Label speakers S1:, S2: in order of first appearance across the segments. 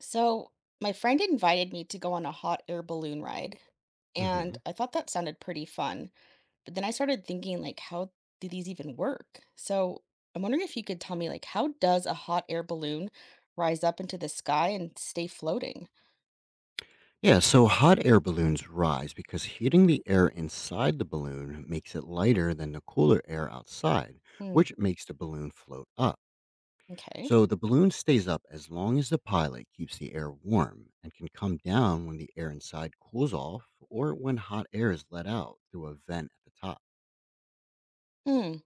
S1: So, my friend invited me to go on a hot air balloon ride,
S2: hmm
S1: and I thought that sounded pretty fun. But then I started thinking, like, how do these even work? So, I'm wondering if you could tell me, like, how does a hot air balloon rise up into the sky and stay floating?
S2: Yeah, so hot air balloons rise because heating the air inside the balloon makes it lighter than the cooler air outside,
S1: Hmm.
S2: which makes the balloon float up.
S1: Okay.
S2: So the balloon stays up as long as the pilot keeps the air warm and can come down when the air inside cools off or when hot air is let out through a vent at the top.
S1: Hmm.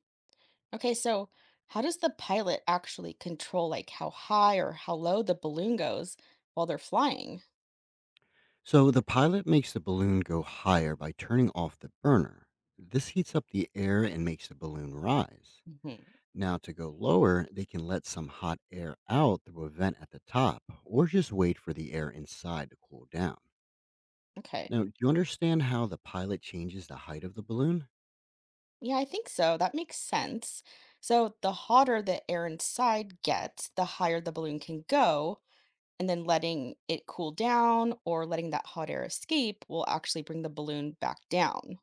S1: Okay. So, how does the pilot actually control, like, how high or how low the balloon goes while they're flying?
S2: So the pilot makes the balloon go higher by turning off the burner. This heats up the air and makes the balloon rise.
S1: Hmm.
S2: Now, to go lower, they can let some hot air out through a vent at the top or just wait for the air inside to cool down.
S1: Okay.
S2: Now, do you understand how the pilot changes the height of the balloon?
S1: Yeah, I think so. That makes sense. So the hotter the air inside gets, the higher the balloon can go. And then letting it cool down or letting that hot air escape will actually bring the balloon back down.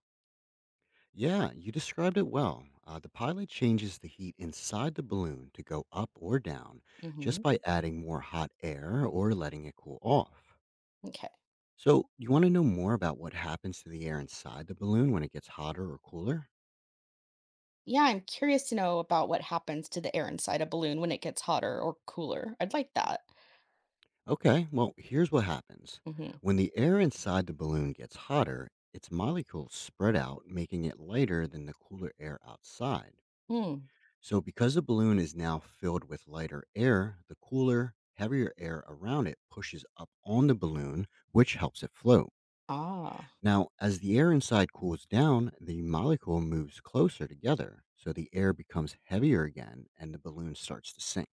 S2: Yeah, you described it well. The pilot changes the heat inside the balloon to go up or down just
S1: Hmm.
S2: by adding more hot air or letting it cool off.
S1: Okay.
S2: So, you want to know more about what happens to the air inside the balloon when it gets hotter or cooler?
S1: Yeah, I'm curious to know about what happens to the air inside a balloon when it gets hotter or cooler. I'd like that.
S2: Okay, well, here's what happens.
S1: Hmm.
S2: When the air inside the balloon gets hotter, its molecules spread out, making it lighter than the cooler air outside.
S1: Hmm.
S2: So, because the balloon is now filled with lighter air, the cooler, heavier air around it pushes up on the balloon, which helps it float.
S1: Ah,
S2: Now, as the air inside cools down, the molecule moves closer together. So, the air becomes heavier again and the balloon starts to sink.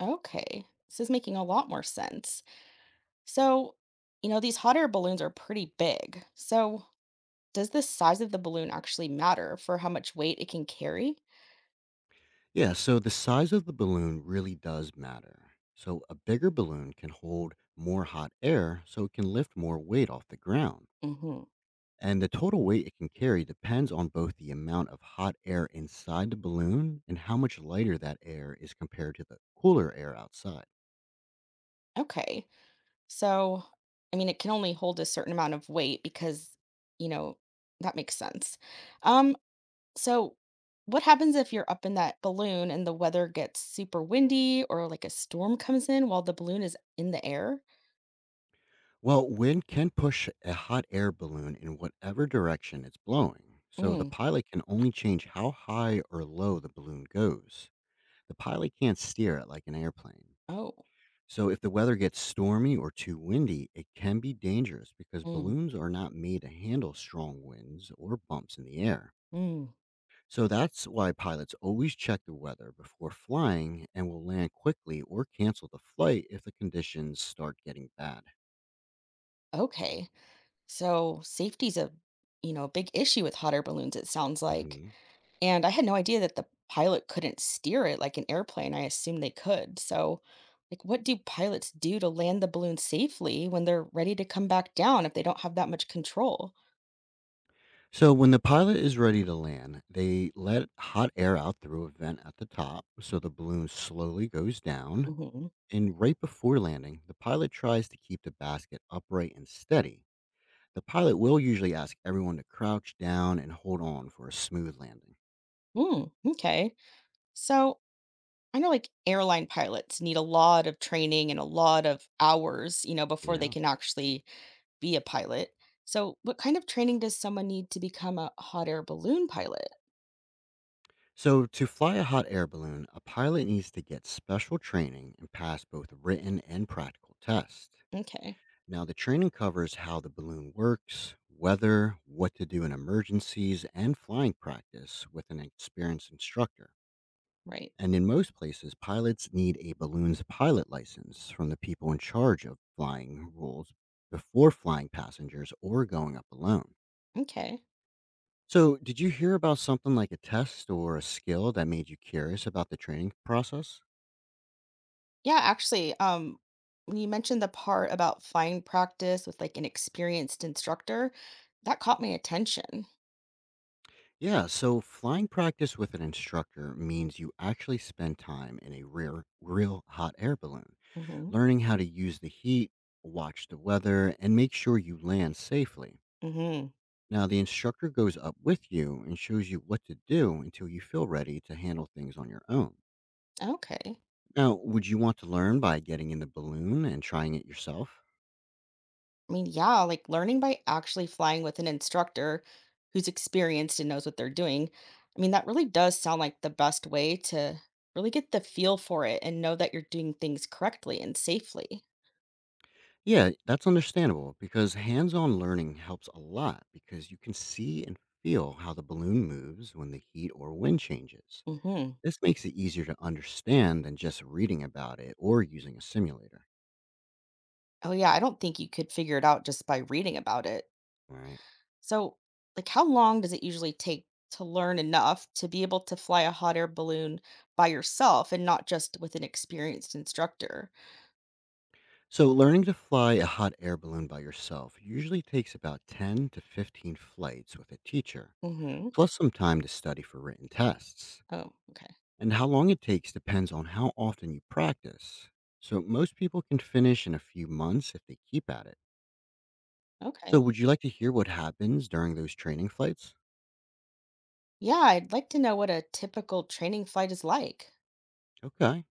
S1: okay. This is making a lot more sense. So, these hot air balloons are pretty big. So, does the size of the balloon actually matter for how much weight it can carry?
S2: Yeah, so the size of the balloon really does matter. So a bigger balloon can hold more hot air, so it can lift more weight off the ground.
S1: Hmm.
S2: And the total weight it can carry depends on both the amount of hot air inside the balloon and how much lighter that air is compared to the cooler air outside.
S1: Okay. So, I mean, it can only hold a certain amount of weight because, you know, that makes sense. Um, so what happens if you're up in that balloon and the weather gets super windy or like a storm comes in while the balloon is in the air?
S2: Well, wind can push a hot air balloon in whatever direction it's blowing, so the
S1: Mm.
S2: pilot can only change how high or low the balloon goes. The pilot can't steer it like an airplane.
S1: Oh.
S2: So if the weather gets stormy or too windy, it can be dangerous because
S1: Mm.
S2: balloons are not made to handle strong winds or bumps in the air.
S1: Mm.
S2: So that's why pilots always check the weather before flying and will land quickly or cancel the flight if the conditions start getting bad.
S1: Okay. So, safety's a, a big issue with hot air balloons, it sounds like.
S2: Mhm.
S1: And I had no idea that the pilot couldn't steer it like an airplane. I assumed they could. So, like, what do pilots do to land the balloon safely when they're ready to come back down if they don't have that much control?
S2: So when the pilot is ready to land, they let hot air out through a vent at the top so the balloon slowly goes down.
S1: Hmm.
S2: And right before landing, the pilot tries to keep the basket upright and steady. The pilot will usually ask everyone to crouch down and hold on for a smooth landing.
S1: Mm, okay. So, I know, like, airline pilots need a lot of training and a lot of hours, you know, before they
S2: Yeah.
S1: can actually be a pilot. So, what kind of training does someone need to become a hot air balloon pilot?
S2: So, to fly a hot air balloon, a pilot needs to get special training and pass both written and practical tests.
S1: Okay,
S2: Now, the training covers how the balloon works, weather, what to do in emergencies, and flying practice with an experienced instructor.
S1: right.
S2: And in most places, pilots need a balloon's pilot license from the people in charge of flying rules before flying passengers or going up alone.
S1: Okay.
S2: So, did you hear about something like a test or a skill that made you curious about the training process?
S1: Yeah, actually, when you mentioned the part about fine practice with like an experienced instructor, that caught my attention.
S2: Yeah, so flying practice with an instructor means you actually spend time in a rare, real hot air balloon,
S1: Hmm.
S2: learning how to use the heat, watch the weather, and make sure you land safely.
S1: Hmm.
S2: Now, the instructor goes up with you and shows you what to do until you feel ready to handle things on your own.
S1: Okay.
S2: Now, would you want to learn by getting in the balloon and trying it yourself?
S1: I mean, yeah, like learning by actually flying with an instructor who's experienced and knows what they're doing. I mean, that really does sound like the best way to really get the feel for it and know that you're doing things correctly and safely.
S2: Yeah, that's understandable because hands on learning helps a lot because you can see and feel how the balloon moves when the heat or wind changes.
S1: Hmm.
S2: This makes it easier to understand than just reading about it or using a simulator.
S1: Oh, yeah, I don't think you could figure it out just by reading about it.
S2: All right.
S1: So, like, how long does it usually take to learn enough to be able to fly a hot air balloon by yourself and not just with an experienced instructor?
S2: So, learning to fly a hot air balloon by yourself usually takes about 10 to 15 flights with a teacher,
S1: Hmm.
S2: plus some time to study for written tests.
S1: Oh, okay.
S2: And how long it takes depends on how often you practice. So, most people can finish in a few months if they keep at it. So,
S1: Okay.
S2: would you like to hear what happens during those training flights?
S1: Yeah, I'd like to know what a typical training flight is like.
S2: Okay.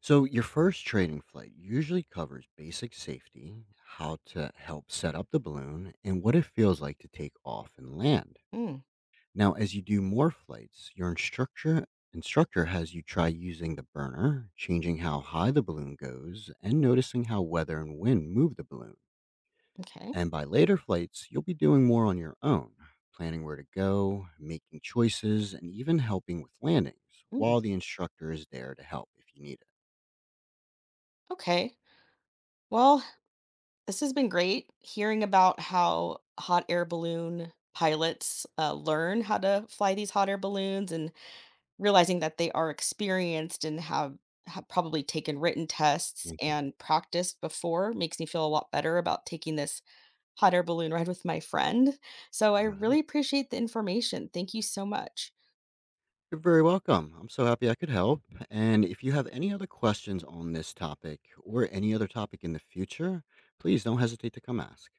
S2: So, your first training flight usually covers basic safety, how to help set up the balloon, and what it feels like to take off and land.
S1: Mm,
S2: Now, as you do more flights, your instructor has you try using the burner, changing how high the balloon goes, and noticing how weather and wind move the balloon.
S1: okay.
S2: And by later flights, you'll be doing more on your own, planning where to go, making choices, and even helping with landings
S1: Mm,
S2: while the instructor is there to help if you need
S1: okay. Well, this has been great hearing about how hot air balloon pilots learn how to fly these hot air balloons, and realizing that they are experienced and have probably taken written tests
S2: it.
S1: and practiced before makes me feel a lot better about taking this hot air balloon ride with my friend. So, I really
S2: Right.
S1: appreciate the information. Thank you so much.
S2: You're very welcome. I'm so happy I could help. And if you have any other questions on this topic or any other topic in the future, please don't hesitate to come ask.